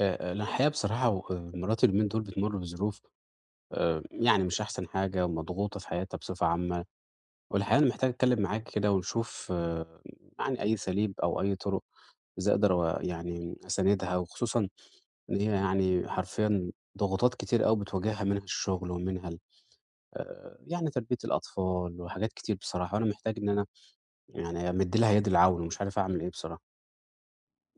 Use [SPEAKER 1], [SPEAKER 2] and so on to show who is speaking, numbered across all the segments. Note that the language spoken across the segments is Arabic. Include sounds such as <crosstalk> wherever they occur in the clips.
[SPEAKER 1] أنا الحقيقة بصراحة و مراتي اليومين دول بتمُر بظروف يعني مش أحسن حاجة ومضغوطة في حياتها بصفة عامة، والحقيقة أنا محتاج أتكلّم معاك كده ونشوف آه، يعني أي أساليب أو أي طُرق إزاي أقدر و يعني أساندها وخصوصًا إن هي يعني حرفيًا ضغوطات كتير أوي بتواجهها منها الشُغل ومنها ال يعني تربية الأطفال وحاجات كتير بصراحة، وأنا محتاج إن أنا يعني أمِد لها يد العون ومش عارف أعمل إيه بصراحة.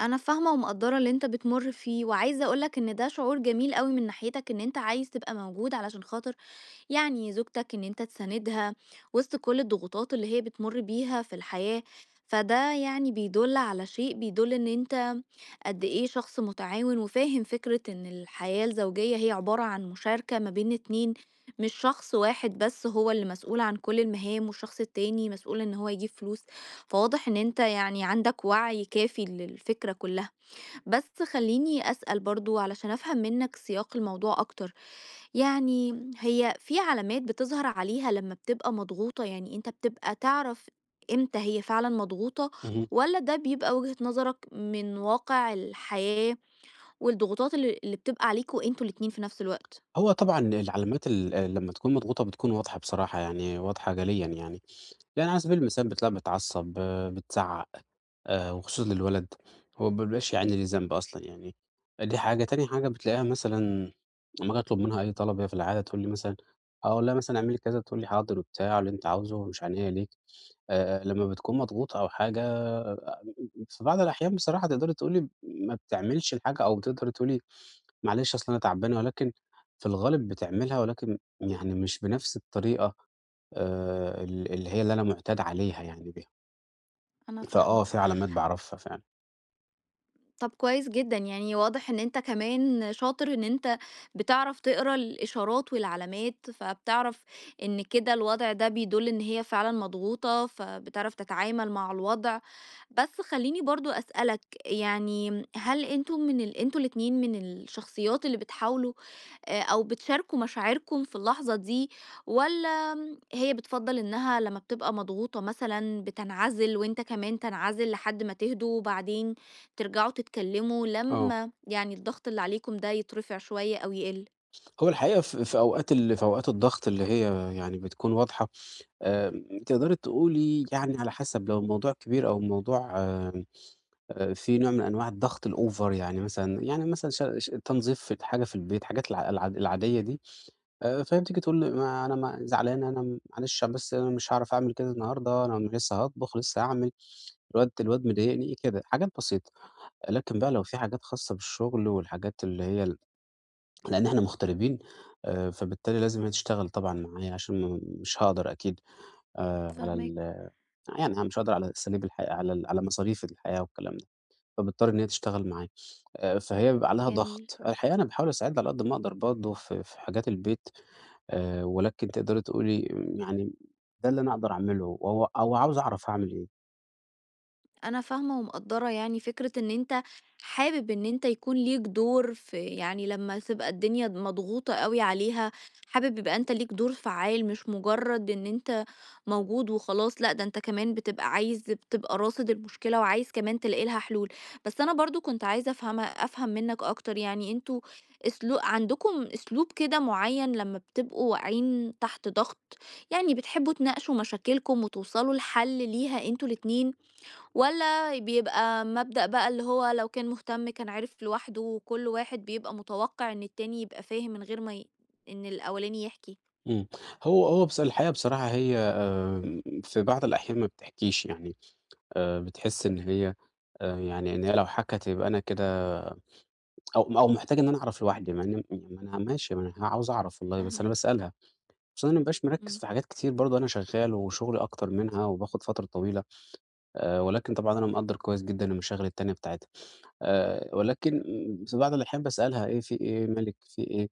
[SPEAKER 2] أنا فاهمة ومقدّرة اللي أنت بتمُر فيه، وعايزة أقول لك إن ده شعور جميل أوي من ناحيتك إن أنت عايز تبقى موجود علشان خاطر يعني زوجتك إن أنت تساندها وسط كل الضغوطات اللي هي بتمر بيها في الحياة فده يعني بيدل على شيء بيدل إن أنت قد إيه شخص متعاون وفاهم فكرة إن الحياة الزوجية هي عبارة عن مشاركة ما بين اتنين مش شخص واحد بس هو اللي مسؤول عن كل المهام والشخص التاني مسؤول إن هو يجيب فلوس فواضح إن أنت يعني عندك وعي كافي للفكرة كلها. بس خليني أسأل برضو علشان أفهم منك سياق الموضوع أكتر، يعني هي في علامات بتظهر عليها لما بتبقى مضغوطة، يعني انت بتبقى تعرف امتى هي فعلا مضغوطة
[SPEAKER 1] اهم.
[SPEAKER 2] ولا ده بيبقى وجهة نظرك من واقع الحياة والضغوطات اللي بتبقى عليكوا انتوا الاتنين في نفس الوقت؟
[SPEAKER 1] هو طبعًا العلامات ال لمّا تكون مضغوطة بتكون واضحة بصراحة، يعني واضحة جليًا يعني، يعني على سبيل المثال بتلاقيها بتعصّب، آه، بتزعّق، وخصوصًا للولد، هو ما بيبقاش يا عيني ليه ذنب أصلًا يعني، دي حاجة، تاني حاجة بتلاقيها مثلًا لمّا آجي أطلب منها أي طلب هي في العادة تقول لي مثلًا أقول لها مثلًا اعملي كذا، تقول لي حاضر وبتاع واللي أنت عاوزه ومش عينيا ليك. لمّا بتكون مضغوط أو حاجة في بعض الأحيان بصراحة تقدري تقولي ما بتعملش الحاجة أو تقدري تقولي معلش أصل أنا تعبانة، ولكن في الغالب بتعملها ولكن يعني مش بنفس الطريقة ال اللي هي اللي أنا معتاد عليها يعني بيها.
[SPEAKER 2] انا فاهمة.
[SPEAKER 1] فآه في علامات باعرفها فعلًا.
[SPEAKER 2] طب كويس جدًا، يعني واضح إن أنت كمان شاطر إن أنت بتعرف تقرا الإشارات والعلامات، فبتعرف إن كده الوضع ده بيدُل إن هي فعلًا مضغوطة، فبتعرف تتعامل مع الوضع. بس خلّيني برضه أسألك، يعني هل أنتم من ال أنتم الاتنين من الشخصيات اللي بتحاولوا أو بتشاركوا مشاعركم في اللحظة دي، والّا هي بتفضّل إنها لمّا بتبقى مضغوطة مثلًا بتنعزل وأنت كمان تنعزل لحد ما تهدوا وبعدين ترجعوا تتكلموا
[SPEAKER 1] آه.
[SPEAKER 2] لمّا يعني الضغط اللي عليكم ده يترفع شوية أو يقل؟
[SPEAKER 1] هو الحقيقة في أوقات في أوقات الضغط اللي هي يعني بتكون واضحة، آآ تقدري تقولي يعني على حسب لو الموضوع كبير أو الموضوع آه، في نوع من أنواع الضغط الأوفر، يعني مثلًا ش ش تنظيف في حاجة في البيت، حاجات العادية دي، فهي بتيجي تقول لي: "ما أنا ما زعلانة، أنا معلش بس أنا مش هاعرف أعمل كده النهارده، أنا لسه هاطبخ، لسه هاعمل، الواد مضايقني." كده، حاجات بسيطة. لكن بقى لو في حاجات خاصة بالشغل والحاجات اللي هي لإن إحنا مغتربين، فبالتالي لازم هي تشتغل طبعًا معايا عشان ما مش هاقدر أكيد على
[SPEAKER 2] فاهماك.
[SPEAKER 1] ال يعني أنا مش هاقدر على أساليب الحياة على مصاريف الحياة والكلام ده. فبتضطر إن هي تشتغل معاه. فهي بيبقى عليها
[SPEAKER 2] جميل.
[SPEAKER 1] ضغط. الحقيقة أنا باحاول أساعدها على قد ما أقدر برضه في حاجات البيت ولكن تقدري تقولي يعني ده اللي أنا أقدر أعمله وهو أو عاوز أعرف هاعمل إيه.
[SPEAKER 2] انا فاهمة ومقدرة يعني فكرة ان انت حابب ان انت يكون ليك دور في، يعني لما تبقى الدنيا مضغوطة قوي عليها حابب يبقى انت ليك دور فعال، مش مجرد ان انت موجود وخلاص، لا ده انت كمان بتبقى عايز، بتبقى راصد المشكلة وعايز كمان تلاقي لها حلول. بس انا برضو كنت عايزة افهم منك اكتر، يعني انتوا اسلوب عندكم اسلوب كده معين لما بتبقوا واقعين تحت ضغط، يعني بتحبوا تناقشوا مشاكلكم وتوصلوا لحل ليها انتوا الاتنين، والّا بيبقى مبدأ بقى اللي هو لو كان مهتم كان عرف لوحده، وكل واحد بيبقى متوقع إن التاني يبقى فاهم من غير ما إن الأولاني يحكي؟
[SPEAKER 1] إمم. هو بص الحقيقة بصراحة هي في بعض الأحيان ما بتحكيش يعني بتحس إن هي يعني إن هي لو حكت يبقى أنا كده أو محتاج إن أنا أعرف لوحدي، مع إن يعني ما أنا ماشي ما أنا عاوز أعرف والله بس أنا
[SPEAKER 2] فاهماك،
[SPEAKER 1] باسألها. عشان أنا ما بابقاش مركّز
[SPEAKER 2] إمم،
[SPEAKER 1] في حاجات كتير برضه، أنا شغّال وشغلي أكتر منها وباخد فترة طويلة، ولكن طبعًا أنا مقدّر كويس جدًا المشاغل التانية بتاعتها، ولكن في بعض الأحيان باسألها إيه، في إيه، مالِك، في إيه،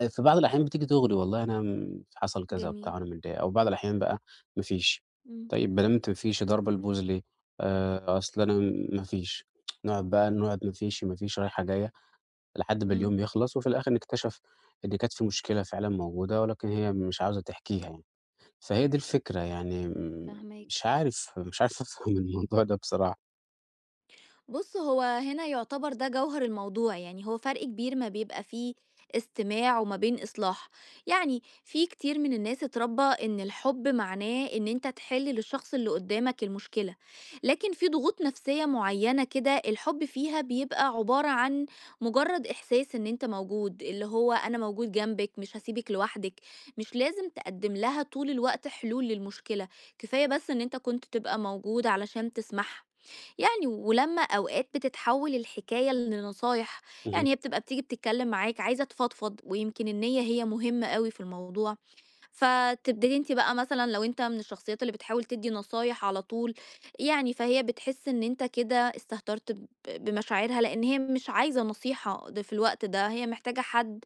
[SPEAKER 1] آه، في بعض الأحيان بتيجي تغري والله أنا حصل كذا
[SPEAKER 2] جميل،
[SPEAKER 1] وبتاع وأنا متضايقة، أو بعض الأحيان بقى ما فيش،
[SPEAKER 2] إمم،
[SPEAKER 1] طيب ما دامِت ما فيش ضاربة البوز ليه، أصل أنا ما فيش، نقعد بقى نقعد ما فيش، ما فيش، رايحة جاية لحد ما
[SPEAKER 2] إمم،
[SPEAKER 1] اليوم يخلص، وفي الآخر نكتشف إن كانت في مشكلة فعلًا موجودة، ولكن هي مش عاوزة تحكيها يعني. فهي دي الفكرة، يعني م
[SPEAKER 2] فاهماك.
[SPEAKER 1] مش عارف أفهم <laughs> الموضوع ده بصراحة.
[SPEAKER 2] بُص، هو هنا يُعتبر ده جوهر الموضوع، يعني هو فرق كبير ما بيبقى فيه استماع وما بين إصلاح، يعني في كتير من الناس اتربّى إن الحُب معناه إن أنت تحِل للشخص اللي قُدّامك المشكلة، لكن في ضغوط نفسية معيّنة كده الحُب فيها بيبقى عبارة عن مُجرّد إحساس إن أنت موجود، اللي هو أنا موجود جنبِك، مش هاسيبِك لوحدِك، مش لازم تقدّم لها طول الوقت حلول للمشكلة، كفاية بس إن أنت كنت تبقى موجود علشان تسمعها. يعني ولما أوقات بتتحول الحكاية لنصايح،
[SPEAKER 1] اهم،
[SPEAKER 2] يعني هي بتبقى بتيجي بتتكلم معاك عايزة تفضفض ويمكن النية هي مهمة قوي في الموضوع، فتبتدي أنتِ بقى مثلًا لو أنت من الشخصيات اللي بتحاول تدّي نصايح على طول، يعني فهي بتحس إن أنت كده استهترت بمشاعرها، لإن هي مش عايزة نصيحة في الوقت ده، هي محتاجة حد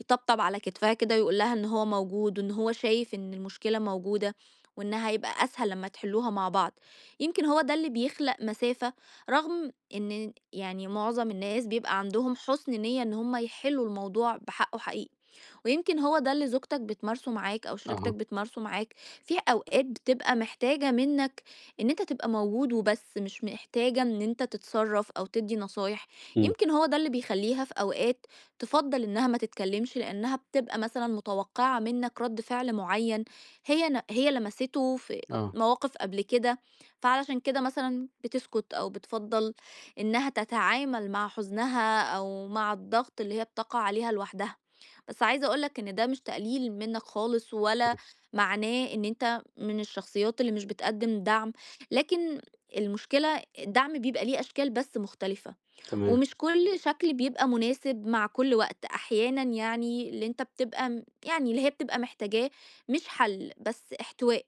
[SPEAKER 2] يطبطب على كتفها كده ويقول لها إن هو موجود، وإن هو شايف إن المشكلة موجودة، وإنها هيبقى أسهل لمّا تحلوها مع بعض. يمكن هو ده اللي بيخلق مسافة، رغم إن يعني معظم الناس بيبقى عندهم حُسن نية إن هم يحلوا الموضوع بحقه حقيقي. ويمكن هو ده اللي زوجتك بتمارسه معاك أو شريكتك
[SPEAKER 1] أها،
[SPEAKER 2] بتمارسه معاك في أوقات بتبقى محتاجة منك إن أنت تبقى موجود وبس، مش محتاجة إن أنت تتصرف أو تدي نصايح.
[SPEAKER 1] إمم،
[SPEAKER 2] يمكن هو ده اللي بيخليها في أوقات تفضل إنها ما تتكلمش، لأنها بتبقى مثلا متوقعة منك رد فعل معين، هي هي لمسته في
[SPEAKER 1] آه،
[SPEAKER 2] مواقف قبل كده، فعلشان كده مثلا بتسكت أو بتفضل إنها تتعامل مع حزنها أو مع الضغط اللي هي بتقع عليها لوحدها. بس عايزة أقول لك إن ده مش تقليل منك خالص، ولا معناه إن أنت من الشخصيات اللي مش بتقدم دعم، لكن المشكلة الدعم بيبقى ليه أشكال بس مختلفة،
[SPEAKER 1] تمام،
[SPEAKER 2] ومش كل شكل بيبقى مناسب مع كل وقت. أحيانا يعني اللي أنت بتبقى يعني اللي هي بتبقى محتاجاه مش حل بس احتواء.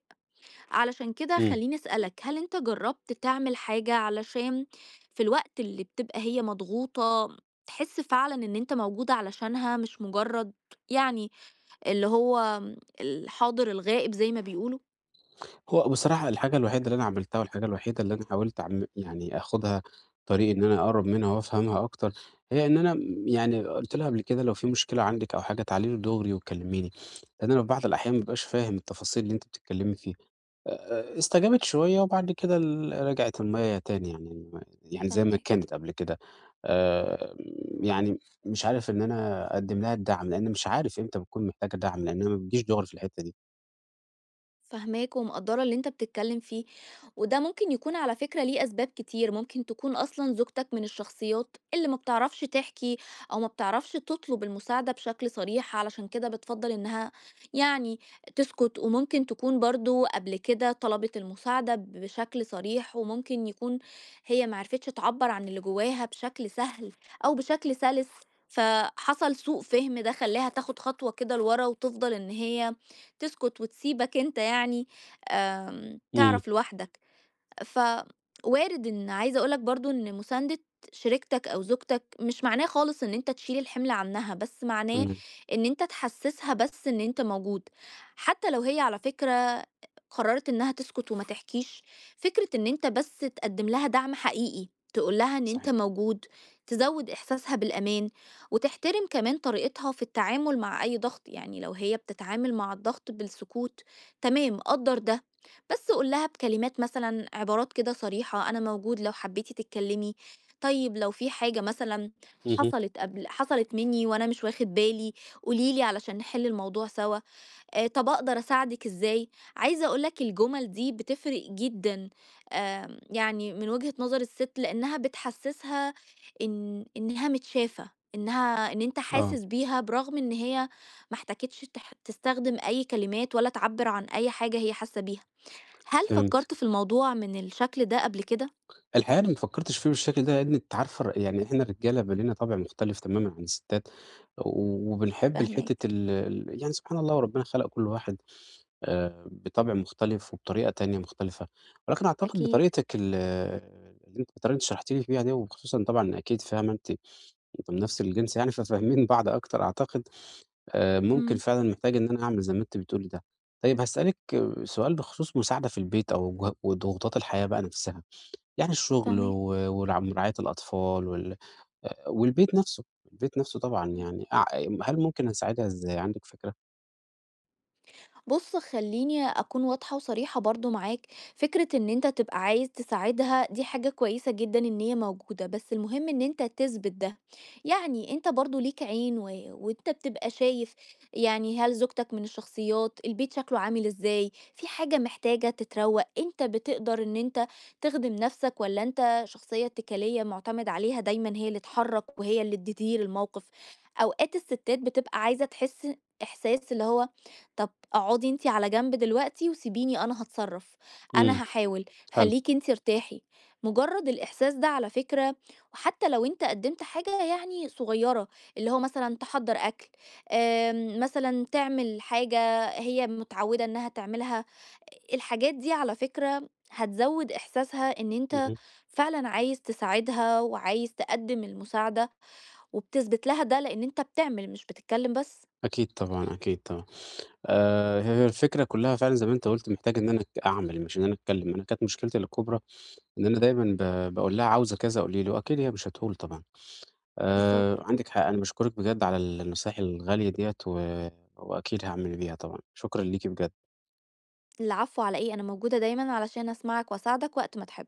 [SPEAKER 2] علشان كده
[SPEAKER 1] إمم.
[SPEAKER 2] خلّيني أسألك، هل أنت جرّبت تعمل حاجة علشان في الوقت اللي بتبقى هي مضغوطة، تحس فعلًا إن أنت موجود علشانها، مش مجرّد يعني اللي هو الحاضر الغائب زي ما بيقولوا؟
[SPEAKER 1] هو بصراحة الحاجة الوحيدة اللي أنا عملتها والحاجة الوحيدة اللي أنا حاولت يعني آخُدها طريق إن أنا أقرّب منها وأفهمها أكتر، هي إن أنا م يعني قُلت لها قبل كده "لو في مشكلة عندِك أو حاجة تعالي لي دغري وكلّميني." لإن أنا في بعض الأحيان ما بابقاش فاهم التفاصيل اللي أنتِ بتتكلّمي فيها. استجابت شوية وبعد كده رجعت المَيّة تاني يعني يعني زي ما
[SPEAKER 2] فاهماك.
[SPEAKER 1] كانت قبل كده. آآ يعني مش عارف إن أنا أقدّم لها الدعم، لإن مش عارف إمتى بتكون محتاجة دعم، لإنها ما بتجيش دغري في الحتّة دي.
[SPEAKER 2] فاهماك ومقدرة اللي انت بتتكلم فيه، وده ممكن يكون على فكرة ليه أسباب كتير، ممكن تكون أصلا زوجتك من الشخصيات اللي ما بتعرفش تحكي أو ما بتعرفش تطلب المساعدة بشكل صريح، علشان كده بتفضل إنها يعني تسكت. وممكن تكون برضو قبل كده طلبت المساعدة بشكل صريح، وممكن يكون هي معرفتش تعبر عن اللي جواها بشكل سهل أو بشكل سلس، فحصل سوء فهم ده خلاها تاخد خطوة كده لورا وتفضل إن هي تسكت وتسيبك أنت، يعني
[SPEAKER 1] إمم،
[SPEAKER 2] تعرف لوحدك. فوارد. إن عايزة أقول لك برضه إن مساندة شريكتك أو زوجتك مش معناه خالص إن أنت تشيل الحمل عنها، بس معناه
[SPEAKER 1] تمام،
[SPEAKER 2] إن أنت تحسسها بس إن أنت موجود، حتى لو هي على فكرة قررت إنها تسكت وما تحكيش، فكرة إن أنت بس تقدم لها دعم حقيقي، تقول لها إن أنت
[SPEAKER 1] صحيح.
[SPEAKER 2] موجود، تزود إحساسها بالأمان، وتحترم كمان طريقتها في التعامل مع أي ضغط. يعني لو هي بتتعامل مع الضغط بالسكوت، تمام قدر ده. بس قُل لها بكلمات مثلًا عبارات كده صريحة، أنا موجود لو حبيتِ تتكلمي، طيب لو في حاجة مثلًا
[SPEAKER 1] اهم،
[SPEAKER 2] حصلت قبل، حصلت مني وأنا مش واخد بالي، قولي لي علشان نحل الموضوع سوا، طب أقدر أساعدِك إزاي؟ عايزة أقول لك الجُمل دي بتفرق جدًا، يعني من وجهة نظر السِت لإنها بتحسسها إن إنها متشافة، إنها إن أنت
[SPEAKER 1] آه،
[SPEAKER 2] حاسس بيها برغم إن هي ما احتاجتش تستخدم أي كلمات ولا تعبّر عن أي حاجة هي حاسة بيها. هل فكرت
[SPEAKER 1] فهمتِك.
[SPEAKER 2] في الموضوع من الشكل ده قبل كده؟
[SPEAKER 1] الحقيقة أنا ما فكّرتش فيه بالشكل ده لإن أنتِ عارفة يعني إحنا الرجالة بقى لينا طَبع مختلف تمامًا عن الستات، وبنحب الحتّة
[SPEAKER 2] فاهماك.
[SPEAKER 1] ال ال يعني سبحان الله وربنا خلق كل واحد بطبع مختلف وبطريقة تانية مختلفة، ولكن أعتقد
[SPEAKER 2] أكيد.
[SPEAKER 1] بطريقتِك ال اللي أنتِ بطريقة أنتِ شرحتِ لي فيها دي وخصوصًا طبعًا أكيد فاهمة أنتِ أنتم من نفس الجنس يعني ففاهمين بعض أكتر أعتقد، ممكن
[SPEAKER 2] امم
[SPEAKER 1] فعلًا محتاج إن أنا أعمل زي ما أنتِ بتقولي ده. طيب هاسألِك سؤال بخصوص مساعدة في البيت أو ج وضغوطات الحياة بقى نفسها، يعني الشغل و
[SPEAKER 2] فاهماك.
[SPEAKER 1] ورع ورعاية الأطفال وال والبيت نفسه، البيت نفسه طبعًا يعني أع هل ممكن أساعدها إزاي عندِك فكرة؟
[SPEAKER 2] بُص، خلّيني أكون واضحة وصريحة برضه معاك، فكرة إن أنت تبقى عايز تساعدها دي حاجة كويسة جدًا إن هي موجودة، بس المهم إن أنت تثبت ده، يعني أنت برضه ليك عين وأنت بتبقى شايف، يعني هل زوجتك من الشخصيات، البيت شكله عامل إزاي، في حاجة محتاجة تتروّق، أنت بتقدر إن أنت تخدم نفسك والّا أنت شخصية اتكالية معتمد عليها دايمًا هي اللي تحرّك وهي اللي تدير الموقف. أوقات الستات بتبقى عايزة تحس إحساس اللي هو طب اقعدي أنتِ على جنب دلوقتي وسيبيني أنا هاتصرّف، أنا
[SPEAKER 1] إمم،
[SPEAKER 2] هاحاول،
[SPEAKER 1] حلو،
[SPEAKER 2] خلّيكِ أنتِ ارتاحي. مجرّد الإحساس ده على فكرة وحتى لو أنت قدّمت حاجة يعني صغيّرة، اللي هو مثلًا تحضّر أكل، مثلًا تعمل حاجة هي متعوّدة إنّها تعملها، الحاجات دي على فكرة هتزوّد إحساسها إن أنت
[SPEAKER 1] اهم،
[SPEAKER 2] فعلًا عايز تساعدها وعايز تقدّم المساعدة وبتثبت لها ده لإن أنت بتعمل مش بتتكلّم بس.
[SPEAKER 1] أكيد طبعًا، أكيد طبعًا. هي الفكرة كلّها فعلًا زي ما أنت قُلت محتاج إن أنا أعمل مش إن أنا أتكلّم، أنا كانت مشكلتي الكبرى إن أنا دايمًا باقول لها عاوزة كذا قولي لي، وأكيد هي مش هتقول طبعًا.
[SPEAKER 2] بالضبط.
[SPEAKER 1] عندِك حق، أنا باشكرِك بجد على النصايح الغالية ديّة و وأكيد هاعمل بيها طبعًا، شكرًا ليكِ بجد.
[SPEAKER 2] العفو على إيه؟ أنا موجودة دايمًا علشان أسمعك وأساعدك وقت ما تحب.